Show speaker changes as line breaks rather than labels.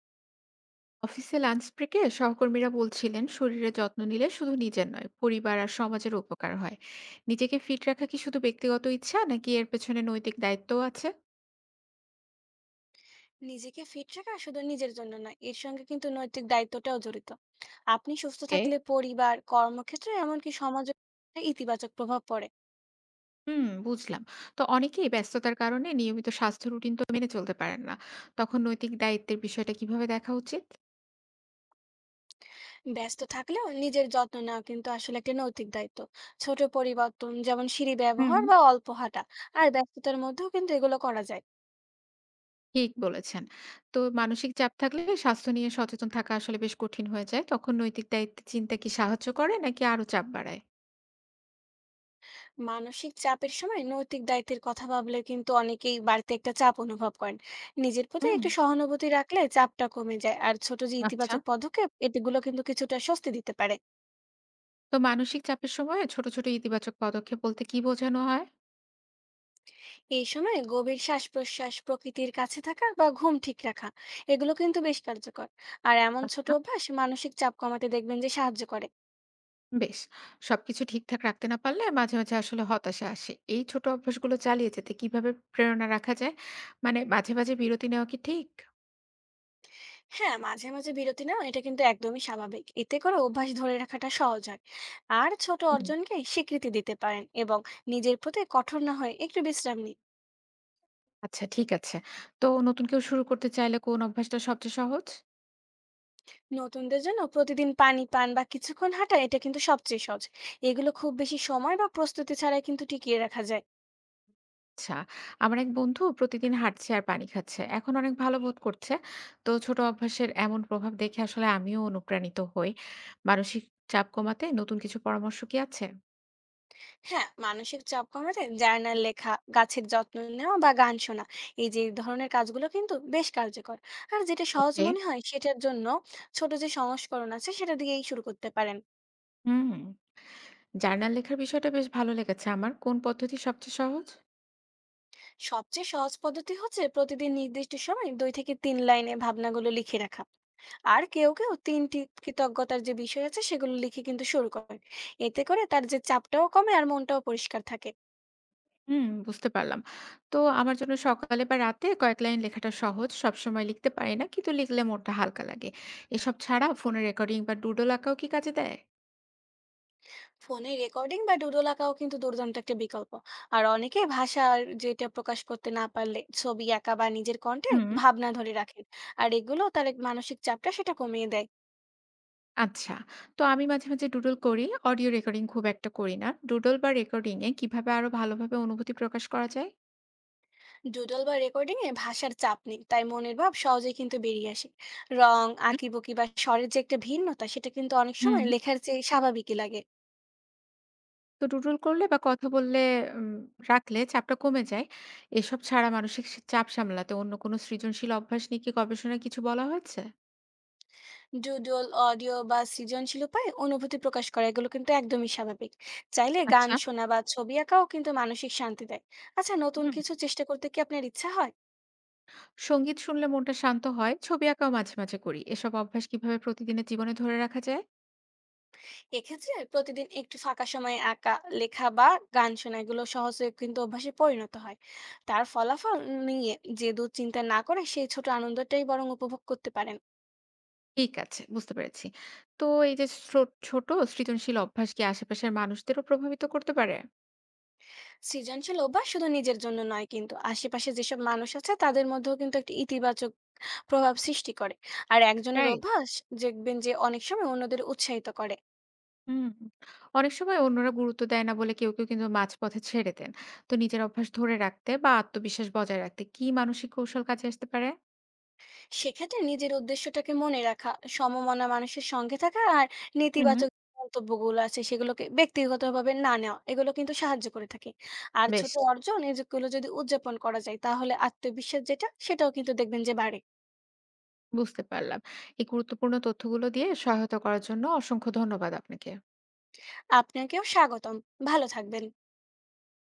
অফিসে লাঞ্চ ব্রেকে সহকর্মীরা বলছিলেন শরীরে যত্ন নিলে শুধু নিজের নয় পরিবার আর সমাজের উপকার হয়। নিজেকে ফিট রাখা কি শুধু ব্যক্তিগত ইচ্ছা নাকি এর পেছনে নৈতিক দায়িত্বও আছে?
নিজেকে ফিট রাখা শুধু নিজের জন্য নয়, এর সঙ্গে কিন্তু নৈতিক দায়িত্বটাও জড়িত। আপনি সুস্থ
ওকে।
থাকলে পরিবার, কর্মক্ষেত্রে, এমনকি সমাজে একটা ইতিবাচক প্রভাব পড়ে।
হুম, বুঝলাম। তো অনেকেই ব্যস্ততার কারণে নিয়মিত স্বাস্থ্য রুটিন তো মেনে চলতে পারেন না। তখন নৈতিক দায়িত্বের বিষয়টা কিভাবে দেখা উচিত?
ব্যস্ত থাকলেও নিজের যত্ন নেওয়া কিন্তু আসলে একটা নৈতিক দায়িত্ব। ছোট পরিবর্তন, যেমন সিঁড়ি
হুম।
ব্যবহার বা অল্প হাঁটা, আর ব্যস্ততার মধ্যেও কিন্তু এগুলো করা যায়।
ঠিক বলেছেন। তো মানসিক চাপ থাকলে স্বাস্থ্য নিয়ে সচেতন থাকা আসলে বেশ কঠিন হয়ে যায়, তখন নৈতিক দায়িত্ব চিন্তা কি সাহায্য করে নাকি আরো চাপ বাড়ায়?
মানসিক চাপের সময় নৈতিক দায়িত্বের কথা ভাবলে কিন্তু অনেকেই বাড়িতে একটা চাপ অনুভব করেন। নিজের প্রতি
হুম।
একটু সহানুভূতি রাখলে চাপটা কমে যায়, আর ছোট যে
আচ্ছা।
ইতিবাচক পদক্ষেপ, এগুলো কিন্তু কিছুটা স্বস্তি দিতে পারে।
তো মানসিক চাপের সময় ছোট, ছোট ইতিবাচক পদক্ষেপ বলতে কি বোঝানো হয়?
এই সময় গভীর শ্বাস প্রশ্বাস, প্রকৃতির কাছে থাকা বা ঘুম ঠিক রাখা, এগুলো কিন্তু বেশ কার্যকর। আর এমন ছোট
আচ্ছা।
অভ্যাস মানসিক চাপ কমাতে দেখবেন যে সাহায্য করে।
বেশ। সবকিছু ঠিকঠাক রাখতে না পারলে মাঝে, মাঝে আসলে হতাশা আসে। এই ছোট অভ্যাসগুলো চালিয়ে যেতে কিভাবে প্রেরণা রাখা যায়? মানে মাঝে, মাঝে বিরতি নেওয়া কি ঠিক?
হ্যাঁ, মাঝে মাঝে বিরতি নাও, এটা কিন্তু একদমই স্বাভাবিক। এতে করে অভ্যাস ধরে রাখাটা সহজ হয়। আর ছোট
হুম।
অর্জনকে স্বীকৃতি দিতে পারেন, এবং নিজের প্রতি কঠোর না হয়ে একটু বিশ্রাম নিন।
আচ্ছা, ঠিক আছে। তো নতুন কেউ শুরু করতে চাইলে কোন অভ্যাসটা সবচেয়ে সহজ?
নতুনদের জন্য প্রতিদিন পানি পান বা কিছুক্ষণ হাঁটা, এটা কিন্তু সবচেয়ে সহজ। এগুলো খুব বেশি সময় বা প্রস্তুতি ছাড়াই কিন্তু টিকিয়ে রাখা যায়।
আচ্ছা। আমার এক বন্ধু প্রতিদিন হাঁটছে আর পানি খাচ্ছে। এখন অনেক ভালো বোধ করছে। তো ছোট অভ্যাসের এমন প্রভাব দেখে আসলে আমিও অনুপ্রাণিত হই। মানসিক চাপ কমাতে নতুন কিছু পরামর্শ কি আছে?
হ্যাঁ, মানসিক চাপ কমাতে জার্নাল লেখা, গাছের যত্ন নেওয়া বা গান শোনা, এই যে ধরনের কাজগুলো কিন্তু বেশ কার্যকর। আর যেটা সহজ
ওকে।
মনে হয়, সেটার জন্য ছোট যে সংস্করণ আছে সেটা দিয়েই শুরু করতে পারেন।
হুম। জার্নাল লেখার বিষয়টা বেশ ভালো লেগেছে আমার। কোন পদ্ধতি সবচেয়ে সহজ?
সবচেয়ে সহজ পদ্ধতি হচ্ছে প্রতিদিন নির্দিষ্ট সময় 2 থেকে 3 লাইনে ভাবনাগুলো লিখে রাখা। আর কেউ কেউ 3টি কৃতজ্ঞতার যে বিষয় আছে, সেগুলো লিখে কিন্তু শুরু করেন। এতে করে তার যে চাপটাও কমে আর মনটাও পরিষ্কার থাকে।
হুম, বুঝতে পারলাম। তো আমার জন্য সকালে বা রাতে কয়েক লাইন লেখাটা সহজ। সবসময় লিখতে পারি না, কিন্তু লিখলে মনটা হালকা লাগে। এসব ছাড়া ফোনে রেকর্ডিং বা ডুডল আঁকাও কি কাজে দেয়?
ফোনে রেকর্ডিং বা ডুডল আঁকাও কিন্তু দুর্দান্ত একটা বিকল্প। আর অনেকে ভাষার যেটা প্রকাশ করতে না পারলে ছবি আঁকা বা নিজের কণ্ঠে
হুম।
ভাবনা ধরে রাখেন। আর এগুলো তার এক মানসিক চাপটা সেটা কমিয়ে দেয়।
আচ্ছা। তো আমি মাঝে, মাঝে ডুডল করি। অডিও রেকর্ডিং খুব একটা করি না। ডুডল বা রেকর্ডিং এ কিভাবে আরো ভালোভাবে অনুভূতি প্রকাশ করা যায়?
ডুডল বা রেকর্ডিং এ ভাষার চাপ নেই, তাই মনের ভাব সহজেই কিন্তু বেরিয়ে আসে। রং, আঁকিবুকি বা স্বরের যে একটা ভিন্নতা, সেটা কিন্তু অনেক
হুম।
সময় লেখার চেয়ে স্বাভাবিকই লাগে।
তো ডুডল করলে বা কথা বললে উম রাখলে চাপটা কমে যায়। এসব ছাড়া মানসিক চাপ সামলাতে অন্য কোনো সৃজনশীল অভ্যাস নিয়ে কি গবেষণায় কিছু বলা হয়েছে?
ডুডল, অডিও বা সৃজনশীল উপায়ে অনুভূতি প্রকাশ করা, এগুলো কিন্তু একদমই স্বাভাবিক। চাইলে গান
আচ্ছা।
শোনা বা ছবি আঁকাও কিন্তু মানসিক শান্তি দেয়। আচ্ছা, নতুন
হুম।
কিছু চেষ্টা করতে কি আপনার ইচ্ছা হয়?
সঙ্গীত শুনলে মনটা শান্ত হয়। ছবি আঁকাও মাঝে, মাঝে করি। এসব অভ্যাস কিভাবে প্রতিদিনের জীবনে ধরে রাখা যায়?
এক্ষেত্রে প্রতিদিন একটু ফাঁকা সময়ে আঁকা, লেখা বা গান শোনা, এগুলো সহজে কিন্তু অভ্যাসে পরিণত হয়। তার ফলাফল নিয়ে যে দুশ্চিন্তা না করে সেই ছোট আনন্দটাই বরং উপভোগ করতে পারেন।
ঠিক আছে, বুঝতে পেরেছি। তো এই যে ছোট সৃজনশীল অভ্যাস কি আশেপাশের মানুষদেরও প্রভাবিত করতে পারে?
সৃজনশীল অভ্যাস শুধু নিজের জন্য নয়, কিন্তু আশেপাশে যেসব মানুষ আছে তাদের মধ্যেও কিন্তু একটা ইতিবাচক প্রভাব সৃষ্টি করে। আর একজনের
রাইট।
অভ্যাস দেখবেন যে অনেক সময় অন্যদের উৎসাহিত করে।
হুম। অনেক সময় অন্যরা গুরুত্ব দেয় না বলে কেউ, কেউ কিন্তু মাঝপথে ছেড়ে দেন। তো নিজের অভ্যাস ধরে রাখতে বা আত্মবিশ্বাস বজায় রাখতে কি মানসিক কৌশল কাজে আসতে পারে?
সেক্ষেত্রে নিজের উদ্দেশ্যটাকে মনে রাখা, সমমনা মানুষের সঙ্গে থাকা, আর
হুম।
নেতিবাচক মন্তব্যগুলো আছে সেগুলোকে ব্যক্তিগতভাবে না নেওয়া, এগুলো কিন্তু সাহায্য করে থাকে। আর ছোট
বেশ,
অর্জন এগুলো যদি উদযাপন করা যায়, তাহলে আত্মবিশ্বাস যেটা সেটাও কিন্তু দেখবেন যে বাড়ে।
বুঝতে পারলাম। এই গুরুত্বপূর্ণ তথ্যগুলো দিয়ে সহায়তা করার জন্য অসংখ্য ধন্যবাদ আপনাকে।
আপনাকেও স্বাগতম। ভালো থাকবেন।